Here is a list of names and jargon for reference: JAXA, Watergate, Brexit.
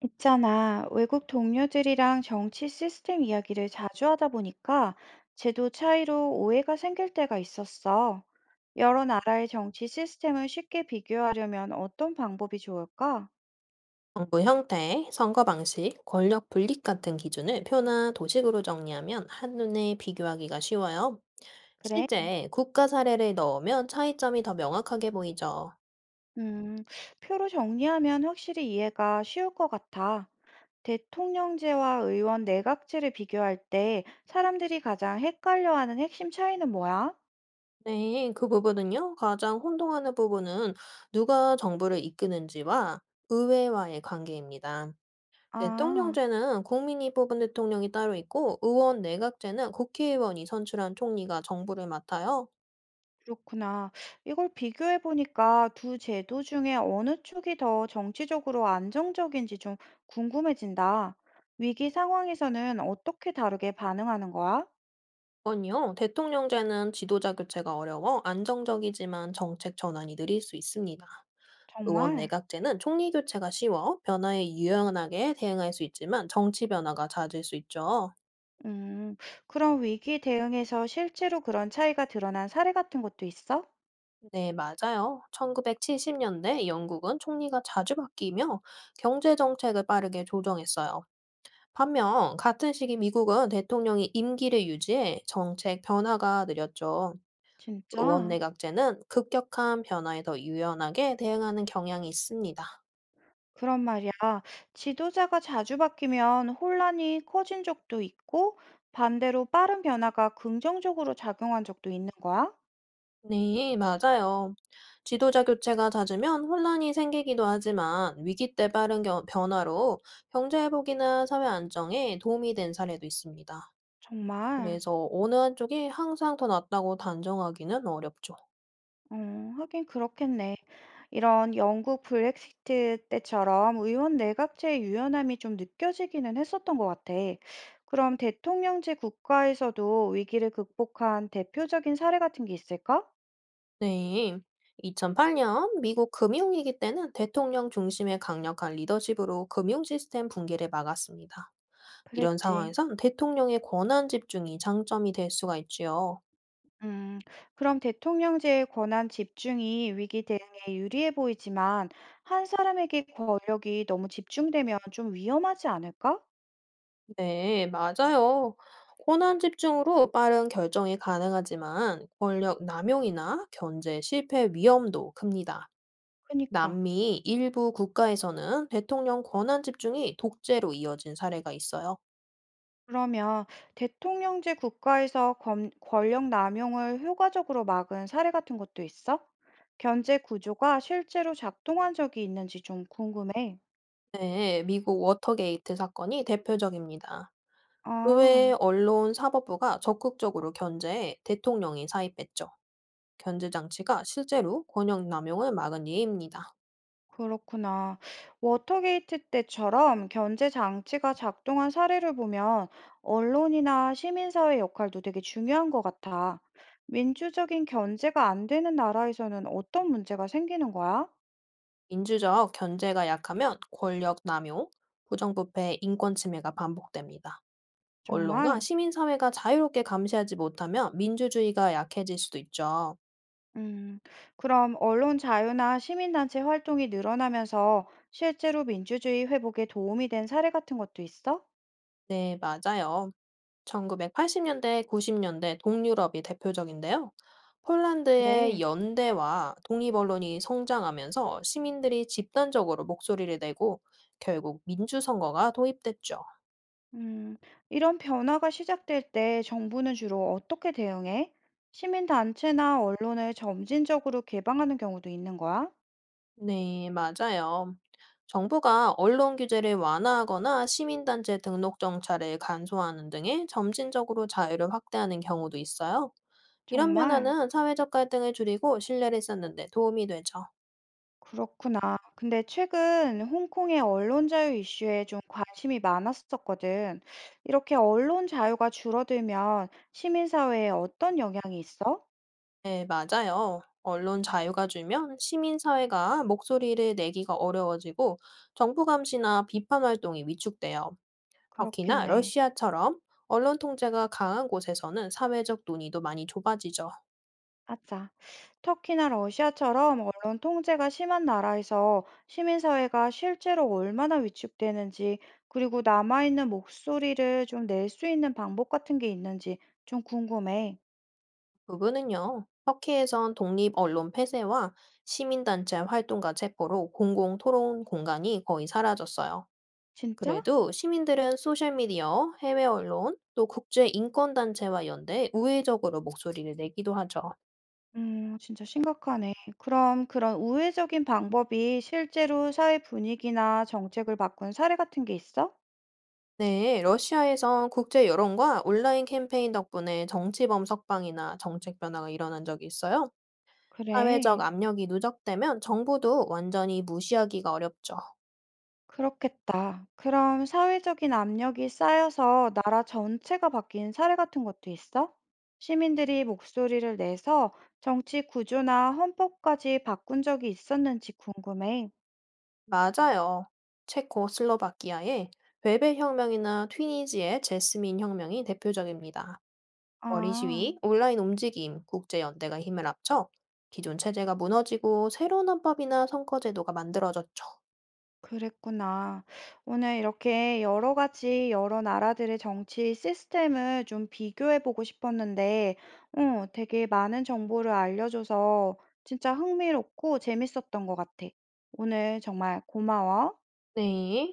있잖아, 외국 동료들이랑 정치 시스템 이야기를 자주 하다 보니까 제도 차이로 오해가 생길 때가 있었어. 여러 나라의 정치 시스템을 쉽게 비교하려면 어떤 방법이 좋을까? 정부 형태, 선거 방식, 권력 분립 같은 기준을 표나 도식으로 정리하면 한눈에 비교하기가 쉬워요. 그래. 실제 국가 사례를 넣으면 차이점이 더 명확하게 보이죠. 음, 표로 정리하면 확실히 이해가 쉬울 것 같아. 대통령제와 의원 내각제를 비교할 때 사람들이 가장 헷갈려하는 핵심 차이는 뭐야? 네, 그 부분은요. 가장 혼동하는 부분은 누가 정부를 이끄는지와 의회와의 관계입니다. 아. 대통령제는 국민이 뽑은 대통령이 따로 있고 의원 내각제는 국회의원이 선출한 총리가 정부를 맡아요. 그렇구나. 이걸 비교해 보니까 두 제도 중에 어느 쪽이 더 정치적으로 안정적인지 좀 궁금해진다. 위기 상황에서는 어떻게 다르게 반응하는 거야? 건요, 대통령제는 지도자 교체가 어려워 안정적이지만 정책 전환이 느릴 수 있습니다. 의원 정말? 내각제는 총리 교체가 쉬워 변화에 유연하게 대응할 수 있지만 정치 변화가 잦을 수 있죠. 음, 그런 위기 대응에서 실제로 그런 차이가 드러난 사례 같은 것도 있어? 네, 맞아요. 1970년대 영국은 총리가 자주 바뀌며 경제 정책을 빠르게 조정했어요. 반면 같은 시기 미국은 대통령이 임기를 유지해 정책 변화가 느렸죠. 의원 진짜? 내각제는 급격한 변화에 더 유연하게 대응하는 경향이 있습니다. 그런 말이야. 지도자가 자주 바뀌면 혼란이 커진 적도 있고, 반대로 빠른 변화가 긍정적으로 작용한 적도 있는 거야? 네, 맞아요. 지도자 교체가 잦으면 혼란이 생기기도 하지만 위기 때 빠른 변화로 경제 회복이나 사회 안정에 도움이 된 사례도 있습니다. 정말? 그래서 어느 한쪽이 항상 더 낫다고 단정하기는 어렵죠. 어, 하긴 그렇겠네. 이런 영국 브렉시트 때처럼 의원 내각제의 유연함이 좀 느껴지기는 했었던 것 같아. 그럼 대통령제 국가에서도 위기를 극복한 대표적인 사례 같은 게 있을까? 네. 2008년 미국 금융위기 때는 대통령 중심의 강력한 리더십으로 금융 시스템 붕괴를 막았습니다. 이런 그랬지. 상황에선 대통령의 권한 집중이 장점이 될 수가 있지요. 음, 그럼 대통령제의 권한 집중이 위기 대응에 유리해 보이지만 한 사람에게 권력이 너무 집중되면 좀 위험하지 않을까? 네, 맞아요. 권한 집중으로 빠른 결정이 가능하지만 권력 남용이나 견제 실패 위험도 큽니다. 그니까. 남미 일부 국가에서는 대통령 권한 집중이 독재로 이어진 사례가 있어요. 그러면 대통령제 국가에서 권력 남용을 효과적으로 막은 사례 같은 것도 있어? 견제 구조가 실제로 작동한 적이 있는지 좀 궁금해. 네, 미국 워터게이트 사건이 대표적입니다. 의회 아, 언론 사법부가 적극적으로 견제해 대통령이 사입했죠. 견제 장치가 실제로 권력 남용을 막은 예입니다. 그렇구나. 워터게이트 때처럼 견제 장치가 작동한 사례를 보면 언론이나 시민사회 역할도 되게 중요한 것 같아. 민주적인 견제가 안 되는 나라에서는 어떤 문제가 생기는 거야? 민주적 견제가 약하면 권력 남용, 부정부패, 인권 침해가 반복됩니다. 언론과 정말? 시민사회가 자유롭게 감시하지 못하면 민주주의가 약해질 수도 있죠. 음, 그럼 언론 자유나 시민단체 활동이 늘어나면서 실제로 민주주의 회복에 도움이 된 사례 같은 것도 있어? 네, 맞아요. 1980년대, 90년대 동유럽이 대표적인데요. 폴란드의 그래. 연대와 독립언론이 성장하면서 시민들이 집단적으로 목소리를 내고 결국 민주선거가 도입됐죠. 음, 이런 변화가 시작될 때 정부는 주로 어떻게 대응해? 시민단체나 언론을 점진적으로 개방하는 경우도 있는 거야? 네, 맞아요. 정부가 언론 규제를 완화하거나 시민단체 등록 정찰을 간소화하는 등의 점진적으로 자유를 확대하는 경우도 있어요. 이런 정말? 변화는 사회적 갈등을 줄이고 신뢰를 쌓는 데 도움이 되죠. 그렇구나. 근데 최근 홍콩의 언론 자유 이슈에 좀 관심이 많았었거든. 이렇게 언론 자유가 줄어들면 시민사회에 어떤 영향이 있어? 네, 맞아요. 언론 자유가 줄면 시민사회가 목소리를 내기가 어려워지고 정부 감시나 비판 활동이 위축돼요. 터키나 그렇겠네. 러시아처럼 언론 통제가 강한 곳에서는 사회적 논의도 많이 좁아지죠. 맞아. 터키나 러시아처럼 언론 통제가 심한 나라에서 시민사회가 실제로 얼마나 위축되는지, 그리고 남아있는 목소리를 좀 낼 수 있는 방법 같은 게 있는지 좀 궁금해. 부분은요, 터키에선 독립 언론 폐쇄와 시민단체 활동가 체포로 공공 토론 공간이 거의 사라졌어요. 진짜? 그래도 시민들은 소셜미디어, 해외 언론, 또 국제 인권단체와 연대 우회적으로 목소리를 내기도 하죠. 진짜 심각하네. 그럼 그런 우회적인 방법이 실제로 사회 분위기나 정책을 바꾼 사례 같은 게 있어? 네, 러시아에선 국제 여론과 온라인 캠페인 덕분에 정치범 석방이나 정책 변화가 일어난 적이 있어요. 사회적 그래. 압력이 누적되면 정부도 완전히 무시하기가 어렵죠. 그렇겠다. 그럼 사회적인 압력이 쌓여서 나라 전체가 바뀐 사례 같은 것도 있어? 시민들이 목소리를 내서 정치 구조나 헌법까지 바꾼 적이 있었는지 궁금해. 맞아요. 체코 슬로바키아의 벨벳 혁명이나 튀니지의 제스민 혁명이 대표적입니다. 거리 아, 시위, 온라인 움직임, 국제연대가 힘을 합쳐 기존 체제가 무너지고 새로운 헌법이나 선거제도가 만들어졌죠. 그랬구나. 오늘 이렇게 여러 가지 여러 나라들의 정치 시스템을 좀 비교해 보고 싶었는데, 되게 많은 정보를 알려줘서 진짜 흥미롭고 재밌었던 것 같아. 오늘 정말 고마워. 네.